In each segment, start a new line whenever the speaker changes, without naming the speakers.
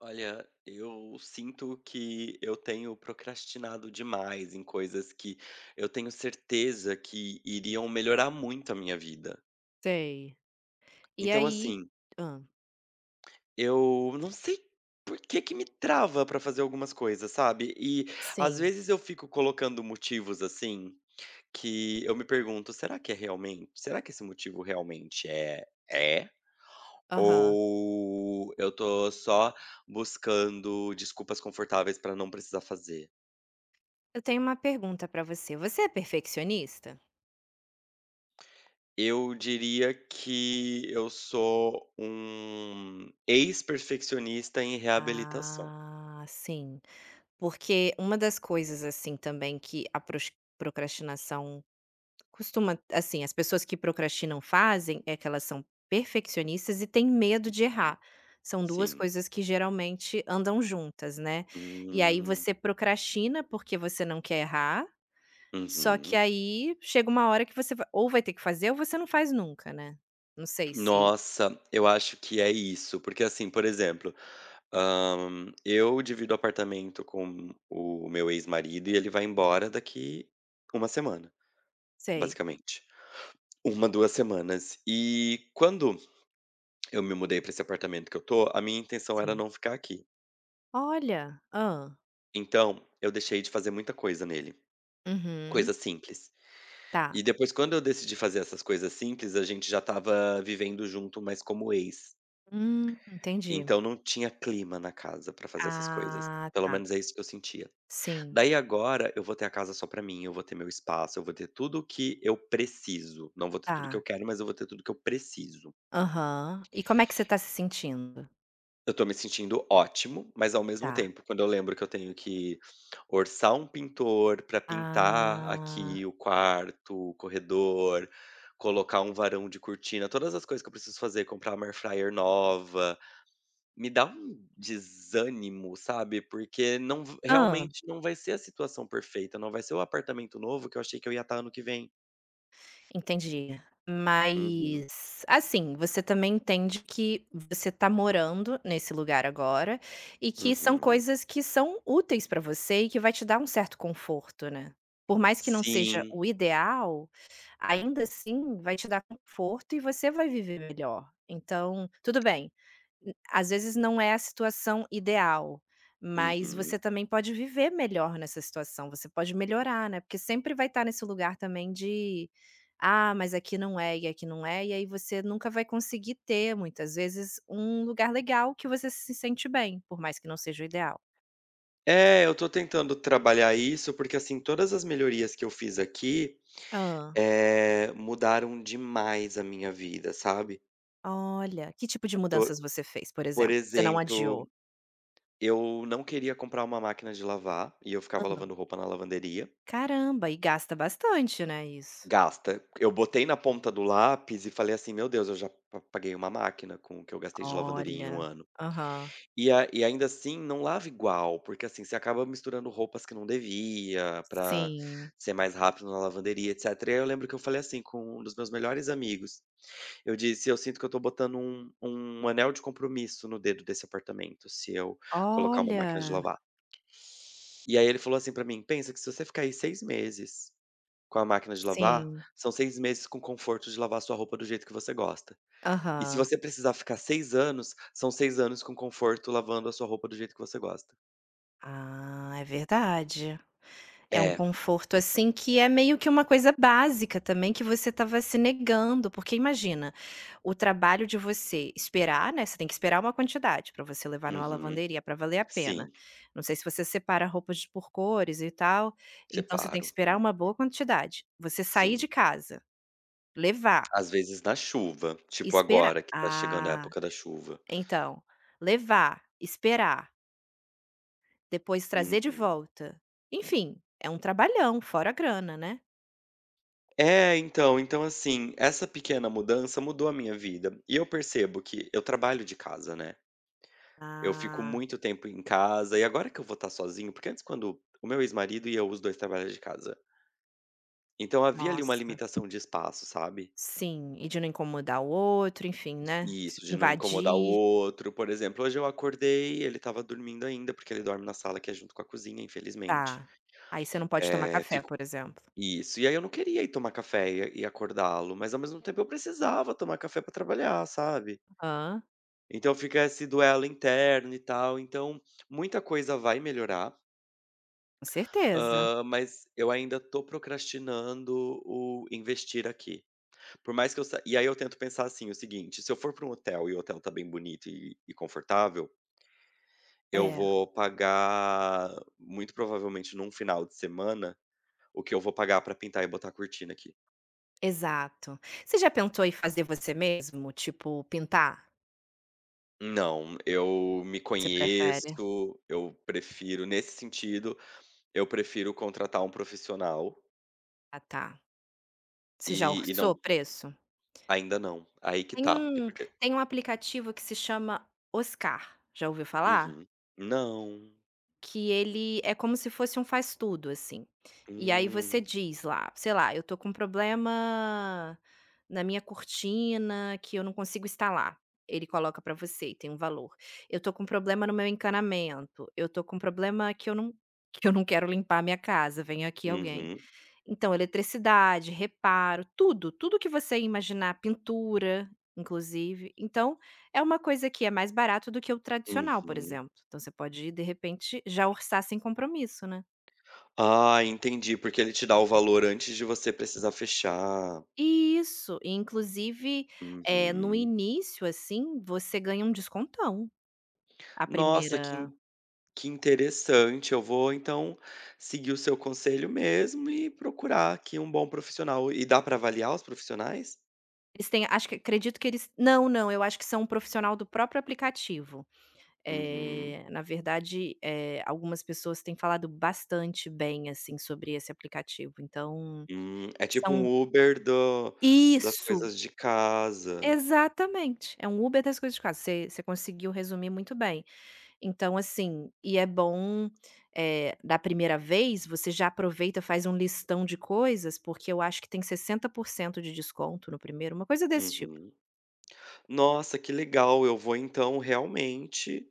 Olha, eu sinto que eu tenho procrastinado demais em coisas que eu tenho certeza que iriam melhorar muito a minha vida.
Sei. E
Então,
aí
assim,
hã.
eu não sei por que que me trava pra fazer algumas coisas, sabe? E às
Sim.
vezes eu fico colocando motivos assim que eu me pergunto, será que é realmente? Será que esse motivo realmente é é?
Aham.
Ou eu tô só buscando desculpas confortáveis pra não precisar fazer?
Eu tenho uma pergunta pra você, você é perfeccionista?
Eu diria que eu sou um ex-perfeccionista em reabilitação.
Ah, sim. Porque uma das coisas, assim, também que a pros procrastinação costuma assim, as pessoas que procrastinam fazem, é que elas são perfeccionistas e têm medo de errar. São 2
Sim.
coisas que geralmente andam juntas, né. E aí
Hum,
você procrastina porque você não quer errar. Só que
uhum.
aí chega uma hora que você va ou vai ter que fazer ou você não faz nunca, né. Não sei se
Nossa, eu acho que é isso, porque assim, por exemplo, eu divido apartamento com o meu ex-marido e ele vai embora daqui uma semana,
sei,
basicamente. Uma duas semanas. E quando eu me mudei para esse apartamento que eu tô, a minha intenção era
sim.
não ficar aqui.
Olha! Hã.
Então, eu deixei de fazer muita coisa nele,
Uhum.
coisa simples.
Tá.
E depois quando eu decidi fazer essas coisas simples, a gente já estava vivendo junto, mas como ex.
Entendi.
Então não tinha clima na casa pra fazer essas coisas,
Ah,
pelo
tá.
menos é isso que eu sentia.
Sim.
Daí agora eu vou ter a casa só pra mim, eu vou ter meu espaço, eu vou ter tudo que eu preciso, não vou ter tudo que
Tá.
eu quero, mas eu vou ter tudo que eu preciso.
Aham. E como é que você tá se sentindo?
Eu tô me sentindo ótimo, mas ao mesmo
Tá.
tempo, quando eu lembro que eu tenho que orçar um pintor pra pintar
Ah.
aqui o quarto, o corredor, colocar um varão de cortina, todas as coisas que eu preciso fazer, comprar uma air fryer nova, me dá um desânimo, sabe, porque não v
Ah.
realmente não vai ser a situação perfeita, não vai ser o apartamento novo que eu achei que eu ia estar ano que vem.
Entendi.
Uhum,
Mas, assim, você também entende que você tá morando nesse lugar agora e que são
uhum.
coisas que são úteis pra você e que vai te dar um certo conforto, né? Por mais que não seja
Sim,
o ideal, ainda assim vai te dar conforto e você vai viver melhor. Então, tudo bem. Às vezes não é a situação ideal, mas você
uhum.
também pode viver melhor nessa situação, você pode melhorar, né, porque sempre vai estar nesse lugar também de: "Ah, mas aqui não é e aqui não é", e aí você nunca vai conseguir ter, muitas vezes, um lugar legal que você se sente bem, por mais que não seja o ideal.
É, eu tô tentando trabalhar isso, porque, assim, todas as melhorias que eu fiz aqui,
Hã.
mudaram demais a minha vida, sabe.
Olha, que tipo de
To
mudanças você fez, por
Por
exemplo? Você não
exemplo,
adiou?
eu não queria comprar uma máquina de lavar, e eu ficava
Hã.
lavando roupa na lavanderia,
Caramba, e gasta bastante, né, isso.
gasta. Eu botei na ponta do lápis e falei assim: "Meu Deus, eu já pa paguei uma máquina com o que eu gastei de lavanderia em um
Olha.
ano".
Aham.
E ainda assim não lava igual, porque, assim, você acaba misturando roupas que não devia, pra
Sim.
ser mais rápido na lavanderia, etcétera. E aí eu lembro que eu falei assim com um dos meus melhores amigos, eu disse: "Eu sinto que eu tô botando um anel de compromisso no dedo desse apartamento, se eu colocar uma máquina de
Olha,
lavar". E aí ele falou assim pra mim: "Pensa que se você ficar aí 6 meses com a máquina de lavar,
sim,
são 6 meses com conforto de lavar sua roupa do jeito que você gosta". E se
aham.
você precisar ficar 6 anos, são 6 anos com conforto lavando a sua roupa do jeito que você gosta.
Ah, é verdade. É um
É.
conforto, assim, que é meio que uma coisa básica também que você estava se negando, porque imagina, o trabalho de você esperar, né, você tem que esperar uma quantidade para você levar numa
Uhum.
lavanderia para valer a pena.
Sim,
Não sei se você separa roupas de por cores e tal, então você tem que
separo.
esperar uma boa quantidade. Você sair
Sim.
de casa, levar,
Às vezes na chuva, tipo
esperar
agora que tá chegando a
ah,
época da chuva.
então, levar, esperar. Depois trazer de
Uhum.
volta. Enfim, é um trabalhão, fora a grana, né.
É, então assim, essa pequena mudança mudou a minha vida. E eu percebo que eu trabalho de casa, né. Eu fico
Ah,
muito tempo em casa, e agora que eu vou estar sozinho porque antes quando o meu ex-marido e eu, os 2 trabalha de casa. Então havia ali uma
nossa.
limitação de espaço, sabe.
Sim, e de não incomodar o outro, enfim, né, se
Isso, de não incomodar o
invadir.
outro. Por exemplo, hoje eu acordei, ele estava dormindo ainda, porque ele dorme na sala que é junto com a cozinha, infelizmente.
Tá. Aí você não pode tomar
É
café,
fico
por exemplo.
Isso. E aí eu não queria ir tomar café e acordá-lo, mas ao mesmo tempo eu precisava tomar café pra trabalhar, sabe.
Hã,
Então fica esse duelo interno e tal. Então, muita coisa vai melhorar,
com certeza.
mas eu ainda tô procrastinando o investir aqui. Por mais que eu sa E aí eu tento pensar assim, o seguinte: se eu for pra um hotel e o hotel tá bem bonito e confortável, eu
É,
vou pagar, muito provavelmente num final de semana, o que eu vou pagar pra pintar e botar a cortina aqui.
exato. Você já pensou em fazer você mesmo, tipo pintar?
Não, eu me
Você prefere?
conheço, eu prefiro nesse sentido, eu prefiro contratar um profissional
Ah, tá. Você já
e e
orçou
não
o preço?
ainda não, aí que
Tem
tá. e
um
porque
tem um aplicativo que se chama Oscar, já ouviu falar?
Uhum. Não.
Que ele é como se fosse um faz tudo, assim. E aí você
Hum.
diz lá, sei lá, eu tô com um problema na minha cortina que eu não consigo instalar. Ele coloca pra você e tem um valor. Eu tô com problema no meu encanamento, eu tô com problema que eu não quero limpar a minha casa, vem aqui alguém.
Uhum,
Então, eletricidade, reparo, tudo, tudo que você imaginar, pintura, inclusive. Então, é uma coisa que é mais barato do que o tradicional, por
uhum.
exemplo. Então, você pode, ir, de repente, já orçar sem compromisso, né?
Ah, entendi, porque ele te dá o valor antes de você precisar fechar.
Isso, e inclusive, no
Uhum.
início, assim, você ganha um descontão, a
Nossa,
primeira
que interessante, eu vou então seguir o seu conselho mesmo e procurar aqui um bom profissional. E dá para avaliar os profissionais?
eles têm acho que acredito que eles não, não, eu acho que são um profissional do próprio aplicativo.
Uhum.
Na verdade, algumas pessoas têm falado bastante bem, assim, sobre esse aplicativo, então
É tipo
são
um Uber do das
Isso,
coisas de casa.
exatamente, é um Uber das coisas de casa, você conseguiu resumir muito bem. Então, assim, e é bom, da primeira vez, você já aproveita, faz um listão de coisas, porque eu acho que tem 60% de desconto no primeiro, uma coisa desse tipo.
Uhum. Nossa, que legal, eu vou então realmente,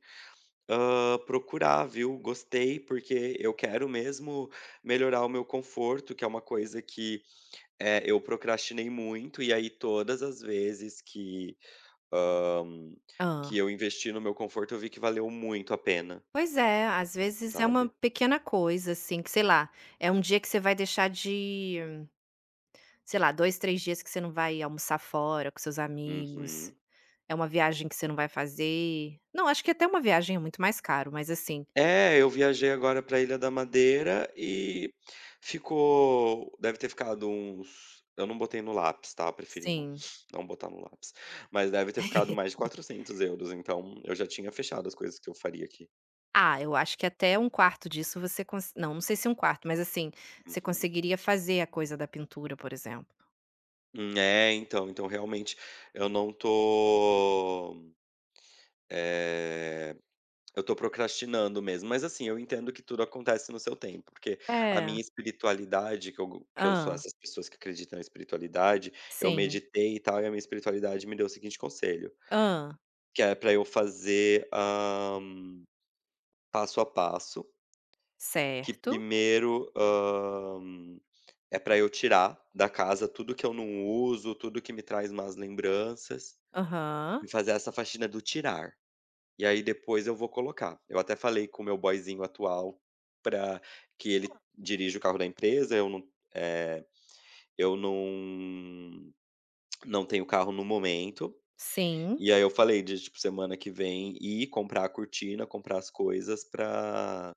procurar, viu. Gostei, porque eu quero mesmo melhorar o meu conforto, que é uma coisa que, eu procrastinei muito, e aí todas as vezes que Hã, que
Ah.
eu investi no meu conforto, eu vi que valeu muito a pena,
Pois é, às vezes é uma
sabe.
pequena coisa, assim, que sei lá, é um dia que você vai deixar de sei lá, 2 3 dias que você não vai almoçar fora com seus amigos,
Uhum.
é uma viagem que você não vai fazer. Não, acho que até uma viagem é muito mais caro, mas assim
É, eu viajei agora pra Ilha da Madeira e ficou deve ter ficado uns, eu não botei no lápis, tá. Eu preferi
sim.
não botar no lápis, mas deve ter ficado mais de quatrocentos euros, então eu já tinha fechado as coisas que eu faria aqui.
Ah, eu acho que até um quarto disso você cons não, não sei se um quarto mas assim, você
Uhum.
conseguiria fazer a coisa da pintura, por exemplo.
É, então realmente eu não tô, eh eu tô procrastinando mesmo, mas assim, eu entendo que tudo acontece no seu tempo, porque a
É.
minha espiritualidade, que eu sou
Ah.
essas pessoas que acreditam em espiritualidade, eu
Sim.
meditei e tal, e a minha espiritualidade me deu o seguinte conselho,
Ah.
que é pra eu fazer passo a passo, que
Certo.
primeiro é pra eu tirar da casa tudo que eu não uso, tudo que me traz más lembranças,
Aham.
e fazer essa faxina do tirar. E aí depois eu vou colocar. Eu até falei com o meu boyzinho atual para que ele dirija o carro da empresa, eh, eu não não tenho carro no momento,
Sim.
e aí eu falei de, tipo, semana que vem ir comprar a cortina, comprar as coisas para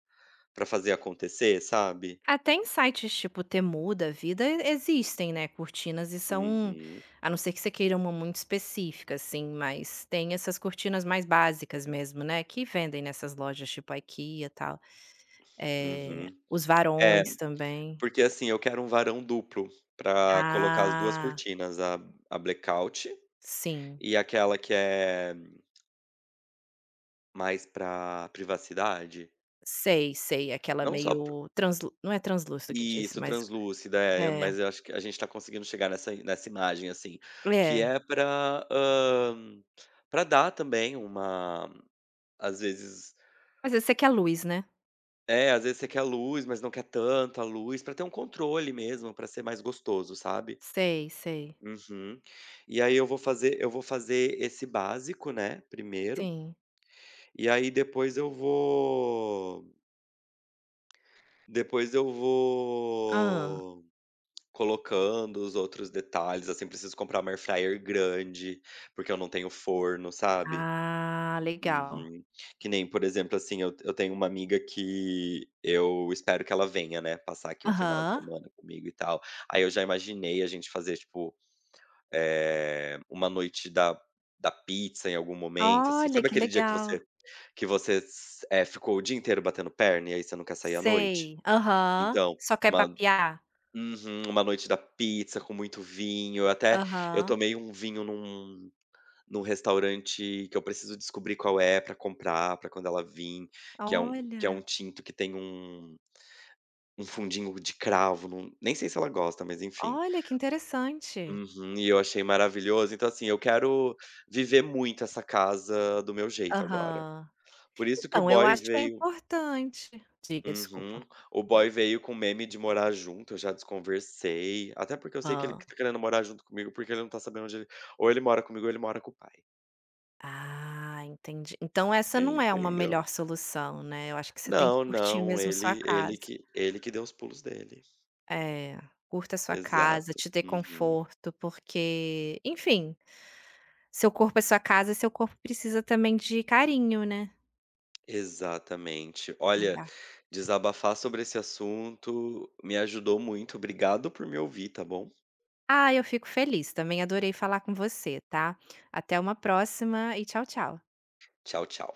fazer acontecer, sabe.
Até em sites tipo Temu da vida e existem, né, cortinas e são
Uhum,
a não ser que você queira uma muito específica, assim, mas tem essas cortinas mais básicas mesmo, né, que vendem nessas lojas tipo IKEA, e tal.
uhum.
Os
É,
varões também.
porque assim, eu quero um varão duplo para colocar as 2
Ah,
cortinas, a blackout
sim.
e aquela que é mais pra privacidade?
Sei, sei, aquela
Não só pro
meio translu não é translúcido que disse,
Isso,
mas
translúcida, é,
é,
mas eu acho que a gente tá conseguindo chegar nessa imagem, assim, que
é.
é pra, pra dar também uma, às vezes
Mas esse aqui é luz, né.
é, às vezes você quer luz, mas não quer tanta luz, pra ter um controle mesmo, pra ser mais gostoso, sabe.
Sei, sei.
Uhum. E aí eu vou fazer Eu vou fazer esse básico, né, primeiro,
Sim.
e aí depois eu
Hã.
vou colocando os outros detalhes, assim, preciso comprar uma air fryer grande, porque eu não tenho forno, sabe.
Ah, legal.
Uhum. Que nem, por exemplo, assim, eu tenho uma amiga que eu espero que ela venha, né, passar aqui um final de
Aham.
semana comigo e tal. Aí eu já imaginei a gente fazer, tipo, uma noite da pizza em algum momento, assim.
Olha,
Sabe
que
aquele dia que
legal.
ficou o dia inteiro batendo perna e aí você não quer sair à noite?
Sei. Aham.
Então,
Só quer
uma
papear?
Uhum, uma noite da pizza com muito vinho, até eu
Aham.
tomei um vinho num restaurante que eu preciso descobrir qual é pra comprar, pra quando ela vim, que é um
Olha,
tinto que tem um fundinho de cravo, não nem sei se ela gosta, mas enfim.
olha que interessante.
Uhum, e eu achei maravilhoso, então assim, eu quero viver muito essa casa do meu jeito agora.
Aham.
Por isso que o
Então, eu
boy
acho que é
veio.
importante diga,
Uhum.
desculpa.
O boy veio com meme de morar junto, eu já desconversei, até porque eu sei que ele
Hã.
que tá querendo morar junto comigo, porque ele não tá sabendo onde ele, ou ele mora comigo ou ele mora com o pai,
Ah, entendi. Então essa não é uma
entendeu.
melhor solução, né, eu acho que você tem que
Não,
curtir
não,
mesmo sua casa.
ele que deu os pulos dele.
É, curta a sua casa,
Exato.
te dê
Uhum.
conforto, porque, enfim, seu corpo é sua casa, seu corpo precisa também de carinho, né.
Exatamente. Olha,
Lugar
desabafar sobre esse assunto me ajudou muito, obrigado por me ouvir, tá bom.
Ah, eu fico feliz também, adorei falar com você, tá? Até uma próxima e tchau, tchau.
Tchau, tchau.